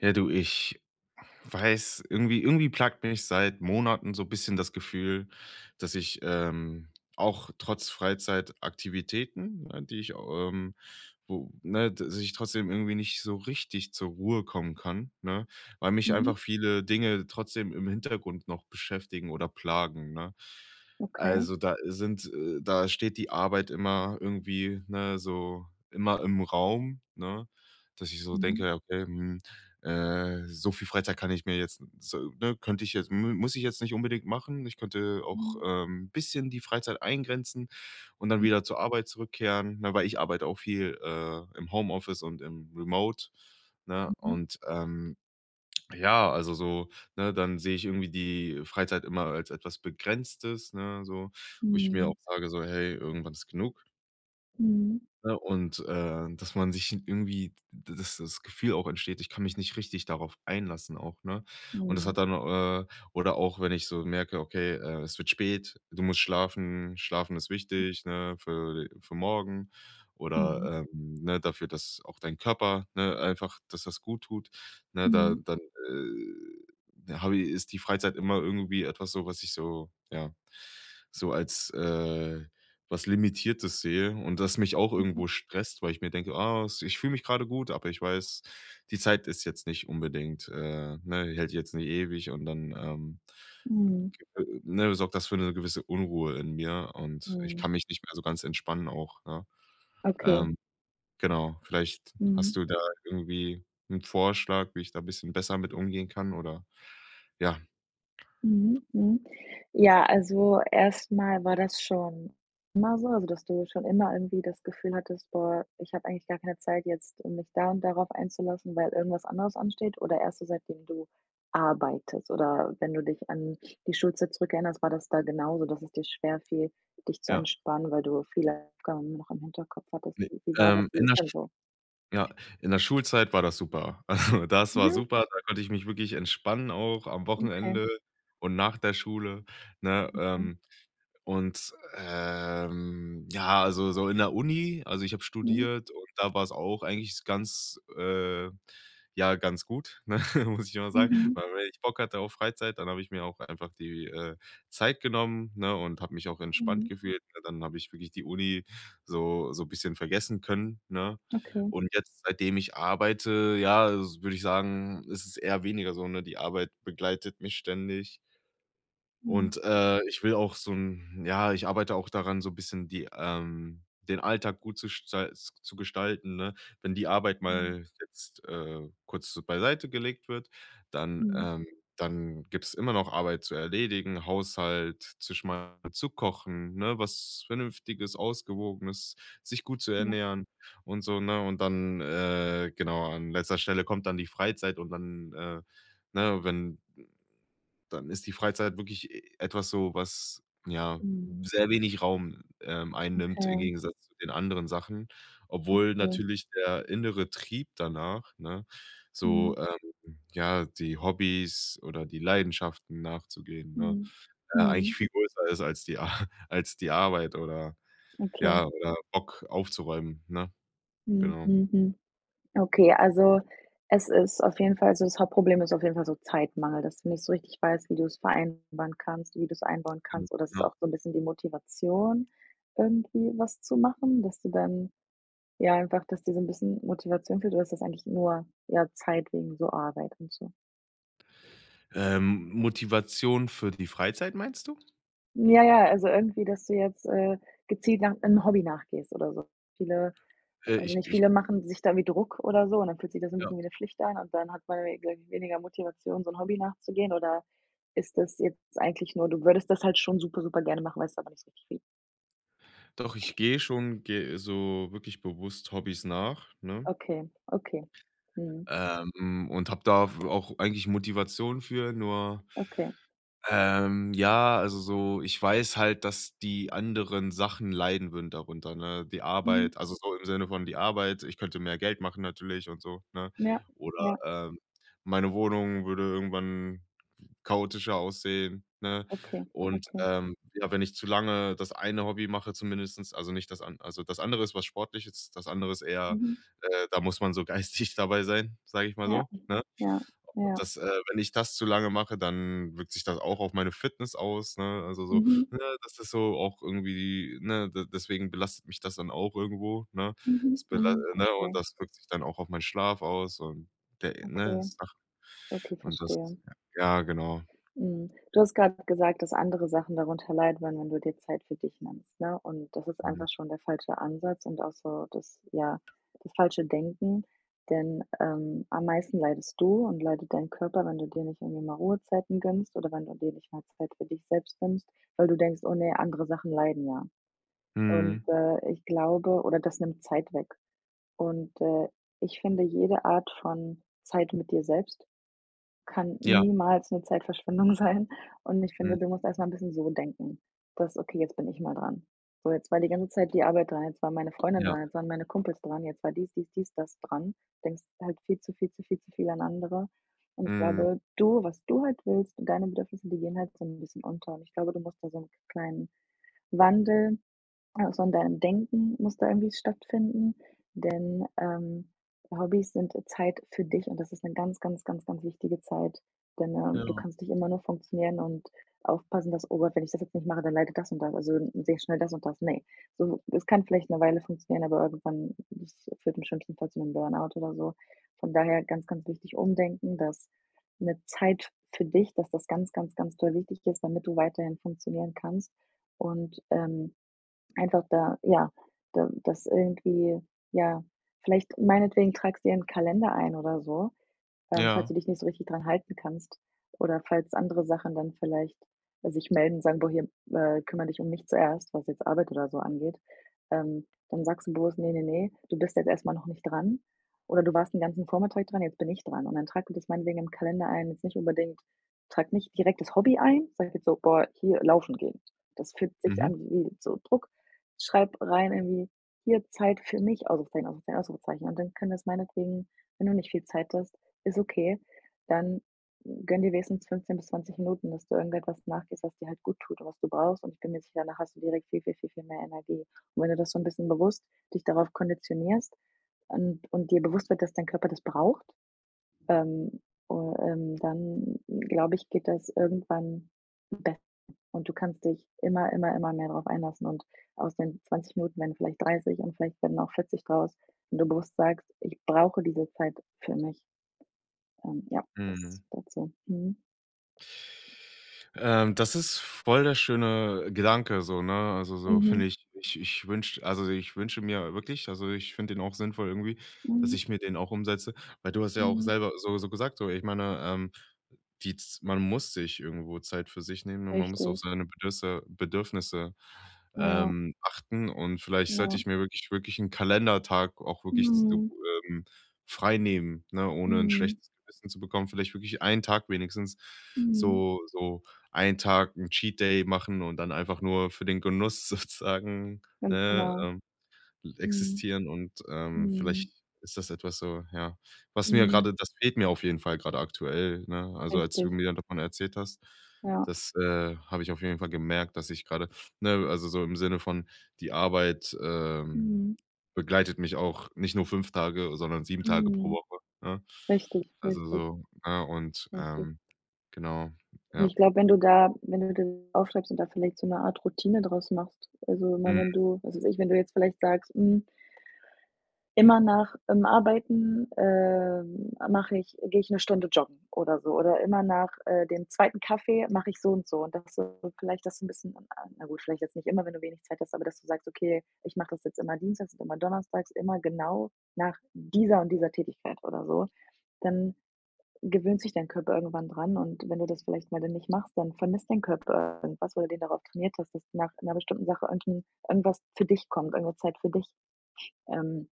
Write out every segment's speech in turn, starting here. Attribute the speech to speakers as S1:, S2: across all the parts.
S1: Ja, du, ich weiß, irgendwie plagt mich seit Monaten so 'n bisschen das Gefühl, dass ich, auch trotz Freizeitaktivitäten, ne, die ich, dass ich trotzdem irgendwie nicht so richtig zur Ruhe kommen kann, ne, weil mich
S2: Mhm.
S1: einfach viele Dinge trotzdem im Hintergrund noch beschäftigen oder plagen, ne?
S2: Okay.
S1: Also, da sind, da steht die Arbeit immer irgendwie, ne, so immer im Raum, ne, dass ich so denke:
S2: Mhm.
S1: ja, „Okay, so viel Freizeit kann ich mir jetzt so, ne, könnte ich jetzt mu muss ich jetzt nicht unbedingt machen. Ich könnte auch,
S2: Mhm.
S1: ein bisschen die Freizeit eingrenzen und dann wieder zur Arbeit zurückkehren, ne, weil ich arbeite auch viel, im Homeoffice und im Remote, ne?
S2: Mhm.
S1: Und, ja, also so, ne, dann sehe ich irgendwie die Freizeit immer als etwas Begrenztes, ne, so, wo ich mir
S2: Mhm.
S1: auch sage so: „Hey, irgendwann ist genug.“
S2: Mhm.
S1: Ne, und, dass man sich irgendwie d dass das Gefühl auch entsteht, ich kann mich nicht richtig darauf einlassen auch, ne? Und das
S2: Mhm.
S1: hat dann oder auch, wenn ich so merke, okay, es wird spät, du musst schlafen, schlafen ist wichtig, ne, für morgen
S2: Mhm.
S1: oder, ne, dafür, dass auch dein Körper, ne, einfach dass das gut tut, ne, da
S2: Mhm.
S1: dann, habe i ist die Freizeit immer irgendwie etwas so, was ich so ja, so als, was Limitiertes sehe und das mich auch irgendwo
S2: Mhm.
S1: stresst, weil ich mir denke: „Ah, s ich fühle mich gerade gut, aber ich weiß, die Zeit ist jetzt nicht unbedingt, ne, hält jetzt nicht ewig“ und dann,
S2: Mhm.
S1: ne, sorgt das für eine gewisse Unruhe in mir und ich
S2: Mhm.
S1: kann mich nicht mehr so ganz entspannen auch, ne?
S2: Okay.
S1: Ähm, genau, vielleicht hast
S2: Mhm.
S1: du da irgendwie einen Vorschlag, wie ich da ein bisschen besser mit umgehen kann oder ja,
S2: Mhm, mhm. Ja, also erstmal war das schon immer so, also dass du schon immer irgendwie das Gefühl hattest: „Boah, ich habe eigentlich gar keine Zeit jetzt, um mich da und darauf einzulassen, weil irgendwas anderes ansteht", oder erst so seitdem du arbeitest? Oder wenn du dich an die Schulzeit zurückerinnerst, war das da genauso, dass es dir schwerfiel, dich zu
S1: ja.
S2: entspannen, weil du viele Aufgaben noch im Hinterkopf hattest?
S1: Ne,
S2: Wie war das? Wie
S1: in
S2: ist denn so?
S1: Ja, der Schulzeit war das super. Also, das war
S2: Mhm,
S1: super, da konnte ich mich wirklich entspannen auch am
S2: okay,
S1: Wochenende und nach der Schule, ne?
S2: okay.
S1: Ja, also so in der Uni, also, ich habe
S2: Mhm,
S1: studiert und da war es auch eigentlich ganz, ja, ganz gut, ne, muss ich immer sagen,
S2: mhm,
S1: weil wenn ich Bock hatte auf Freizeit, dann habe ich mir auch einfach die, Zeit genommen, ne, und habe mich auch entspannt
S2: mhm.
S1: gefühlt, ne? Dann habe ich wirklich die Uni so ein bisschen vergessen können, ne?
S2: Okay.
S1: Und jetzt, seitdem ich arbeite, ja, würde ich sagen, ist es eher weniger so, ne? Die Arbeit begleitet mich ständig.
S2: Mhm,
S1: Und, ich will auch so ein ja, ich arbeite auch daran, so ein bisschen die den Alltag gut zu stei zu gestalten, ne? Wenn die Arbeit
S2: mhm,
S1: mal jetzt, kurz so beiseite gelegt wird, dann
S2: mhm,
S1: dann gibt's immer noch Arbeit zu erledigen, Haushalt zu schmeißen, zu kochen, ne, was Vernünftiges, Ausgewogenes, sich gut zu
S2: ja.
S1: ernähren und so, ne? Und dann, genau, an letzter Stelle kommt dann die Freizeit, und dann, ne, wenn dann ist die Freizeit wirklich e etwas so, was, ja,
S2: Mhm.
S1: sehr wenig Raum, einnimmt im
S2: Okay,
S1: Gegensatz zu den anderen Sachen, obwohl
S2: okay.
S1: natürlich der innere Trieb danach, ne,
S2: Mhm,
S1: so, ja, die Hobbys oder die Leidenschaften nachzugehen, ne,
S2: mhm, mhm.
S1: eigentlich viel größer ist als die Ar als die Arbeit oder
S2: Okay.
S1: ja, oder Bock aufzuräumen, ne?
S2: Mhm,
S1: Genau,
S2: mhm, mhm. Okay, also es ist auf jeden Fall also das Hauptproblem ist auf jeden Fall so Zeitmangel, dass du nicht so richtig weißt, wie du es vereinbaren kannst, wie du es einbauen
S1: genau,
S2: kannst oder es ist
S1: ja.
S2: auch so ein bisschen die Motivation, irgendwie was zu machen, dass du dann ja, einfach dass dir so ein bisschen Motivation fehlt oder ist das eigentlich nur, ja, Zeit wegen so Arbeit und so?
S1: Motivation für die Freizeit meinst du?
S2: Ja, ja, also irgendwie, dass du jetzt, gezielt nach 'nem Hobby nachgehst oder so. Viele
S1: Äh,
S2: weiß ich
S1: ich
S2: nicht,
S1: ich
S2: viele machen sich da wie Druck oder so und dann fühlt sich das ein
S1: ja.
S2: bisschen wie eine Pflicht an und dann hat man we weniger Motivation, so 'n Hobby nachzugehen oder ist das jetzt eigentlich nur du würdest das halt schon super, super gerne machen, weißt aber nicht so richtig wie?
S1: Doch, ich gehe schon ge so wirklich bewusst Hobbys nach, ne?
S2: Okay, okay. Mhm,
S1: Und habe da w auch eigentlich Motivation für, nur,
S2: okay.
S1: ja, also so, ich weiß halt, dass die anderen Sachen leiden würden darunter, ne? Die
S2: Mhm.
S1: Arbeit, also so im Sinne von die Arbeit, ich könnte mehr Geld machen natürlich und so, ne?
S2: Ja,
S1: Oder,
S2: ja,
S1: meine Wohnung würde irgendwann chaotischer aussehen, ne?
S2: okay,
S1: Und,
S2: okay.
S1: ja, wenn ich zu lange das eine Hobby mache, zumindestens also nicht das an, also das andere ist was Sportliches, das andere ist eher,
S2: Mhm.
S1: da muss man so geistig dabei sein, sage ich mal
S2: Ja,
S1: so, ne?
S2: ja,
S1: Und
S2: ja.
S1: das, wenn ich das zu lange mache, dann wirkt sich das auch auf meine Fitness aus, ne? Also so,
S2: Mhm,
S1: ne, das ist so auch irgendwie, ne, de deswegen belastet mich das dann auch irgendwo, ne?
S2: mhm, mhm,
S1: Und
S2: verstehe.
S1: das wirkt sich dann auch auf meinen Schlaf aus und der, ne,
S2: Okay,
S1: Sachen.
S2: okay,
S1: Und das,
S2: verstehe.
S1: ja, genau.
S2: Mhm. Du hast gerade gesagt, dass andere Sachen darunter leiden würden, wenn du dir Zeit für dich nimmst, ne? Und das ist
S1: Mhm.
S2: einfach schon der falsche Ansatz und auch so das ja, das falsche Denken, denn, am meisten leidest du und leidet dein Körper, wenn du dir nicht irgendwie mal Ruhezeiten gönnst oder wenn du dir nicht mal Zeit für dich selbst nimmst, weil du denkst: „Oh ne, andere Sachen leiden ja." Und,
S1: Mhm.
S2: ich glaube oder das nimmt Zeit weg. Und, ich finde jede Art von Zeit mit dir selbst kann
S1: Ja.
S2: niemals 'ne Zeitverschwendung sein. Und ich finde,
S1: Mhm.
S2: du musst erst mal 'n bisschen so denken, dass: „Okay, jetzt bin ich mal dran. So, jetzt war die ganze Zeit die Arbeit dran, jetzt war meine Freundin
S1: Ja.
S2: dran, jetzt waren meine Kumpels dran, jetzt war dies, dies, dies, das dran." Denkst halt viel zu viel zu viel zu viel an andere. Und ich
S1: Mhm.
S2: glaube, du was du halt willst und deine Bedürfnisse, die gehen halt so 'n bisschen unter. Und ich glaube, du musst da so 'n kleinen Wandel ja, sondern im Denken muss da irgendwie stattfinden, denn, Hobbys sind Zeit für dich und das ist eine ganz, ganz, ganz, ganz wichtige Zeit, denn,
S1: Ja.
S2: du kannst nicht immer nur funktionieren und aufpassen, dass: „Oh Gott, wenn ich das jetzt nicht mache, dann leidet das und das, also, sehe schnell das und das." Ne, so es kann vielleicht eine Weile funktionieren, aber irgendwann das führt im schlimmsten Fall zu einem Burnout oder so. Von daher ganz, ganz wichtig umdenken, dass eine Zeit für dich dass das ganz, ganz, ganz toll wichtig ist, damit du weiterhin funktionieren kannst und, Einfach da ja, da ja, vielleicht meinetwegen tragst du dir einen Kalender ein oder so, falls
S1: Ja.
S2: du dich nicht so richtig dran halten kannst oder falls andere Sachen dann vielleicht sich melden und sagen: „Boah, hier, kümmere dich um mich zuerst", was jetzt Arbeit oder so angeht. Dann sagst du bewusst: „Nee, nee, nee, du bist jetzt erstmal noch nicht dran" oder „Du warst den ganzen Vormittag dran, jetzt bin ich dran." Und dann trag dir das meinetwegen im Kalender ein, jetzt nicht unbedingt trag nicht direkt das Hobby ein, sag jetzt so: „Boah, hier laufen gehen." Das fühlt sich
S1: Mhm.
S2: an wie so Druck. Schreib rein irgendwie: „Hier Zeit für mich", Ausrufezeichen, Ausrufezeichen, Ausrufezeichen. Und dann können das meinetwegen, wenn du nicht viel Zeit hast, ist okay, dann gönn dir wenigstens 15 bis 20 Minuten, dass du irgendetwas nachgehst, was dir halt gut tut und was du brauchst. Und ich bin mir sicher, danach hast du direkt viel, viel, viel, viel mehr Energie. Und wenn du das so ein bisschen bewusst dich darauf konditionierst und dir bewusst wird, dass dein Körper das braucht, ähm, u dann glaube ich, geht das irgendwann besser und du kannst dich immer, immer, immer mehr darauf einlassen. Und aus den 20 Minuten werden vielleicht 30 und vielleicht werden auch 40 draus, wenn du bewusst sagst: „Ich brauche diese Zeit für mich." Ja, das
S1: Mhm.
S2: dazu. Mhm.
S1: Das ist voll der schöne Gedanke so, ne? Also, so
S2: Mhm.
S1: finde ich, ich wünsche, also, ich wünsche mir wirklich, also, ich finde den auch sinnvoll irgendwie, dass
S2: Mhm.
S1: ich mir den auch umsetze, weil du hast ja auch
S2: Mhm.
S1: selber so so gesagt, so, ich meine, Die z man muss sich irgendwo Zeit für sich nehmen und man muss auf
S2: Richtig.
S1: seine Bedürfnisse,
S2: Ja,
S1: achten, und vielleicht sollte
S2: ja.
S1: ich mir wirklich, wirklich einen Kalendertag auch wirklich z
S2: Mhm.
S1: ähm, freinehmen, ne, ohne ein
S2: Mhm.
S1: schlechtes Gewissen zu bekommen. Vielleicht wirklich einen Tag wenigstens,
S2: Mhm.
S1: so, einen Tag 'n Cheat Day machen und dann einfach nur für den Genuss sozusagen,
S2: Ganz
S1: ne,
S2: genau. Mhm.
S1: existieren und, vielleicht
S2: Mhm.
S1: ist das etwas, so, ja, was mir
S2: Mhm.
S1: gerade, das fehlt mir auf jeden Fall gerade aktuell, ne? Also, als
S2: Richtig.
S1: du mir davon erzählt hast,
S2: Ja.
S1: das, habe ich auf jeden Fall gemerkt, dass ich gerade, ne, also, so im Sinne von, die Arbeit,
S2: Mhm.
S1: begleitet mich auch nicht nur 5 Tage, sondern 7 Tage pro
S2: Mhm.
S1: Woche, ne?
S2: Richtig,
S1: Also,
S2: richtig,
S1: so, ne, und,
S2: richtig.
S1: genau,
S2: Und
S1: ja.
S2: ich glaube, wenn du das aufschreibst und da vielleicht so eine Art Routine draus machst, also, immer
S1: Mhm,
S2: wenn du was weiß ich, wenn du jetzt vielleicht sagst: „Hm". Immer nach Arbeiten, mache ich gehe ich 'ne Stunde joggen oder so oder immer nach, dem zweiten Kaffee mache ich so und so und dass du vielleicht das 'n bisschen ah, na gut, vielleicht jetzt nicht immer, wenn du wenig Zeit hast, aber dass du sagst: „Okay, ich mache das jetzt immer dienstags und immer donnerstags, immer genau nach dieser und dieser Tätigkeit" oder so. Dann gewöhnt sich dein Körper irgendwann dran und wenn du das vielleicht mal dann nicht machst, dann vermisst dein Körper irgendwas, weil du den darauf trainiert hast, dass nach 'ner bestimmten Sache irgendwas für dich kommt, irgend 'ne Zeit für dich. Ähm,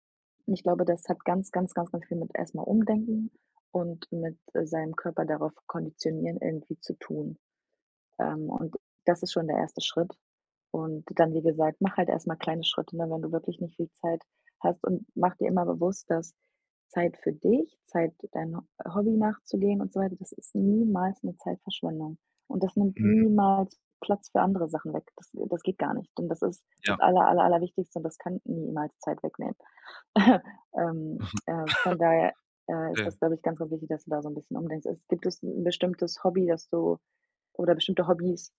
S2: und ich glaube, das hat ganz, ganz, ganz, ganz viel mit erstmal Umdenken und mit, seinem Körper darauf konditionieren irgendwie zu tun. Und das ist schon der erste Schritt. Und dann, wie gesagt, mach halt erstmal kleine Schritte, ne, wenn du wirklich nicht viel Zeit hast und mach dir immer bewusst, dass Zeit für dich, Zeit dein Ho Hobby nachzugehen und so weiter, das ist niemals eine Zeitverschwendung. Und das nimmt
S1: mhm,
S2: niemals Platz für andere Sachen weg. Das geht gar nicht. Und das ist das
S1: ja,
S2: Aller, Aller, Allerwichtigste und das kann niemals Zeit wegnehmen. Von daher, ist
S1: okay.
S2: das, glaube ich, ganz, ganz wichtig, dass du da so ein bisschen umdenkst. Es gibt es ein bestimmtes Hobby, das du oder bestimmte Hobbys,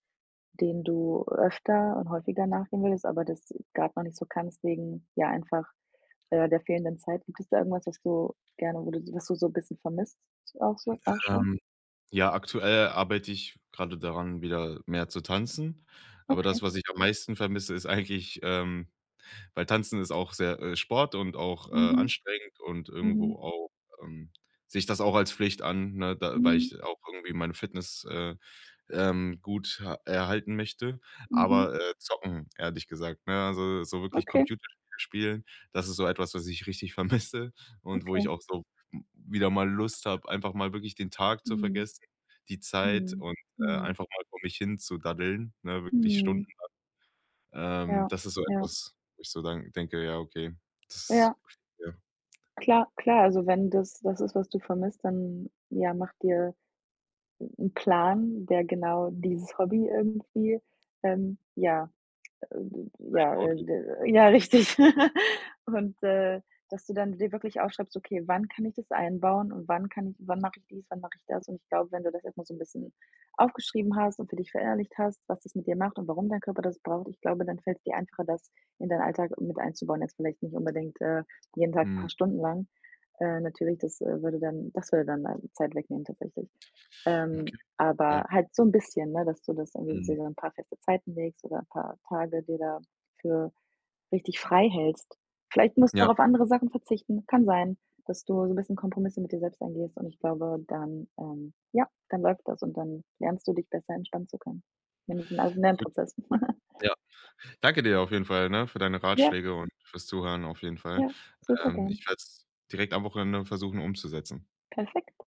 S2: denen du öfter und häufiger nachgehen willst, aber das gerade noch nicht so kannst wegen, ja, einfach, der fehlenden Zeit? Gibt es da irgendwas, was du gerne wo du was du so ein bisschen vermisst auch so auch schon?
S1: Ähm Ja, aktuell arbeite ich gerade daran, wieder mehr zu tanzen. Aber
S2: Okay.
S1: das, was ich am meisten vermisse, ist eigentlich, weil Tanzen ist auch sehr, Sport und auch,
S2: Mhm.
S1: anstrengend und irgendwo
S2: Mhm.
S1: auch, ähm sehe ich das auch als Pflicht an, ne, da weil
S2: Mhm.
S1: ich auch irgendwie meine Fitness, gut ha erhalten möchte.
S2: Mhm.
S1: Aber, zocken, ehrlich gesagt, ne? Also, so wirklich
S2: Okay,
S1: Computerspiele spielen, das ist so etwas, was ich richtig vermisse und wo
S2: okay.
S1: ich auch so w wieder mal Lust habe, einfach mal wirklich den Tag zu
S2: Mhm.
S1: vergessen, die Zeit
S2: Mhm.
S1: und,
S2: Mhm.
S1: einfach mal vor mich hin zu daddeln, ne, wirklich Stunden.
S2: Mhm.
S1: Ähm,
S2: Ja,
S1: das ist so
S2: ja.
S1: etwas, wo ich so dann denke: „Ja, okay, das,
S2: Ja.
S1: ja,
S2: Klar, klar, also wenn das das ist, was du vermisst, dann, ja, mach dir 'n Plan, der genau dieses Hobby irgendwie, ja ja,
S1: einbaut.“
S2: d ja, richtig. Und, dass du dann dir wirklich aufschreibst: „Okay, wann kann ich das einbauen und wann mache ich dies, wann mache ich das?" Und ich glaube, wenn du das erst mal so ein bisschen aufgeschrieben hast und für dich verinnerlicht hast, was das mit dir macht und warum dein Körper das braucht, ich glaube, dann fällt es dir einfacher, das in deinen Alltag mit einzubauen. Jetzt vielleicht nicht unbedingt, jeden Tag ein paar
S1: Mhm,
S2: Stunden lang. Natürlich, das würde dann Zeit wegnehmen tatsächlich. Ähm,
S1: okay, ja,
S2: aber halt so 'n bisschen, ne, dass du das irgendwie dir
S1: mhm.
S2: so 'n paar feste Zeiten legst oder 'n paar Tage dir da für richtig frei hältst. Vielleicht musst du auch
S1: Ja,
S2: auf andere Sachen verzichten. Kann sein, dass du so 'n bisschen Kompromisse mit dir selbst eingehst und ich glaube, dann, ja, dann läuft das und dann lernst du dich besser entspannen zu können. Nämlich 'n also 'n
S1: gut,
S2: Lernprozess.
S1: ja. Danke dir auf jeden Fall, ne, für deine
S2: Ja,
S1: Ratschläge und fürs Zuhören auf jeden Fall.
S2: ja, super
S1: Ähm,
S2: gern.
S1: ich werde es direkt am Wochenende versuchen umzusetzen.
S2: Perfekt.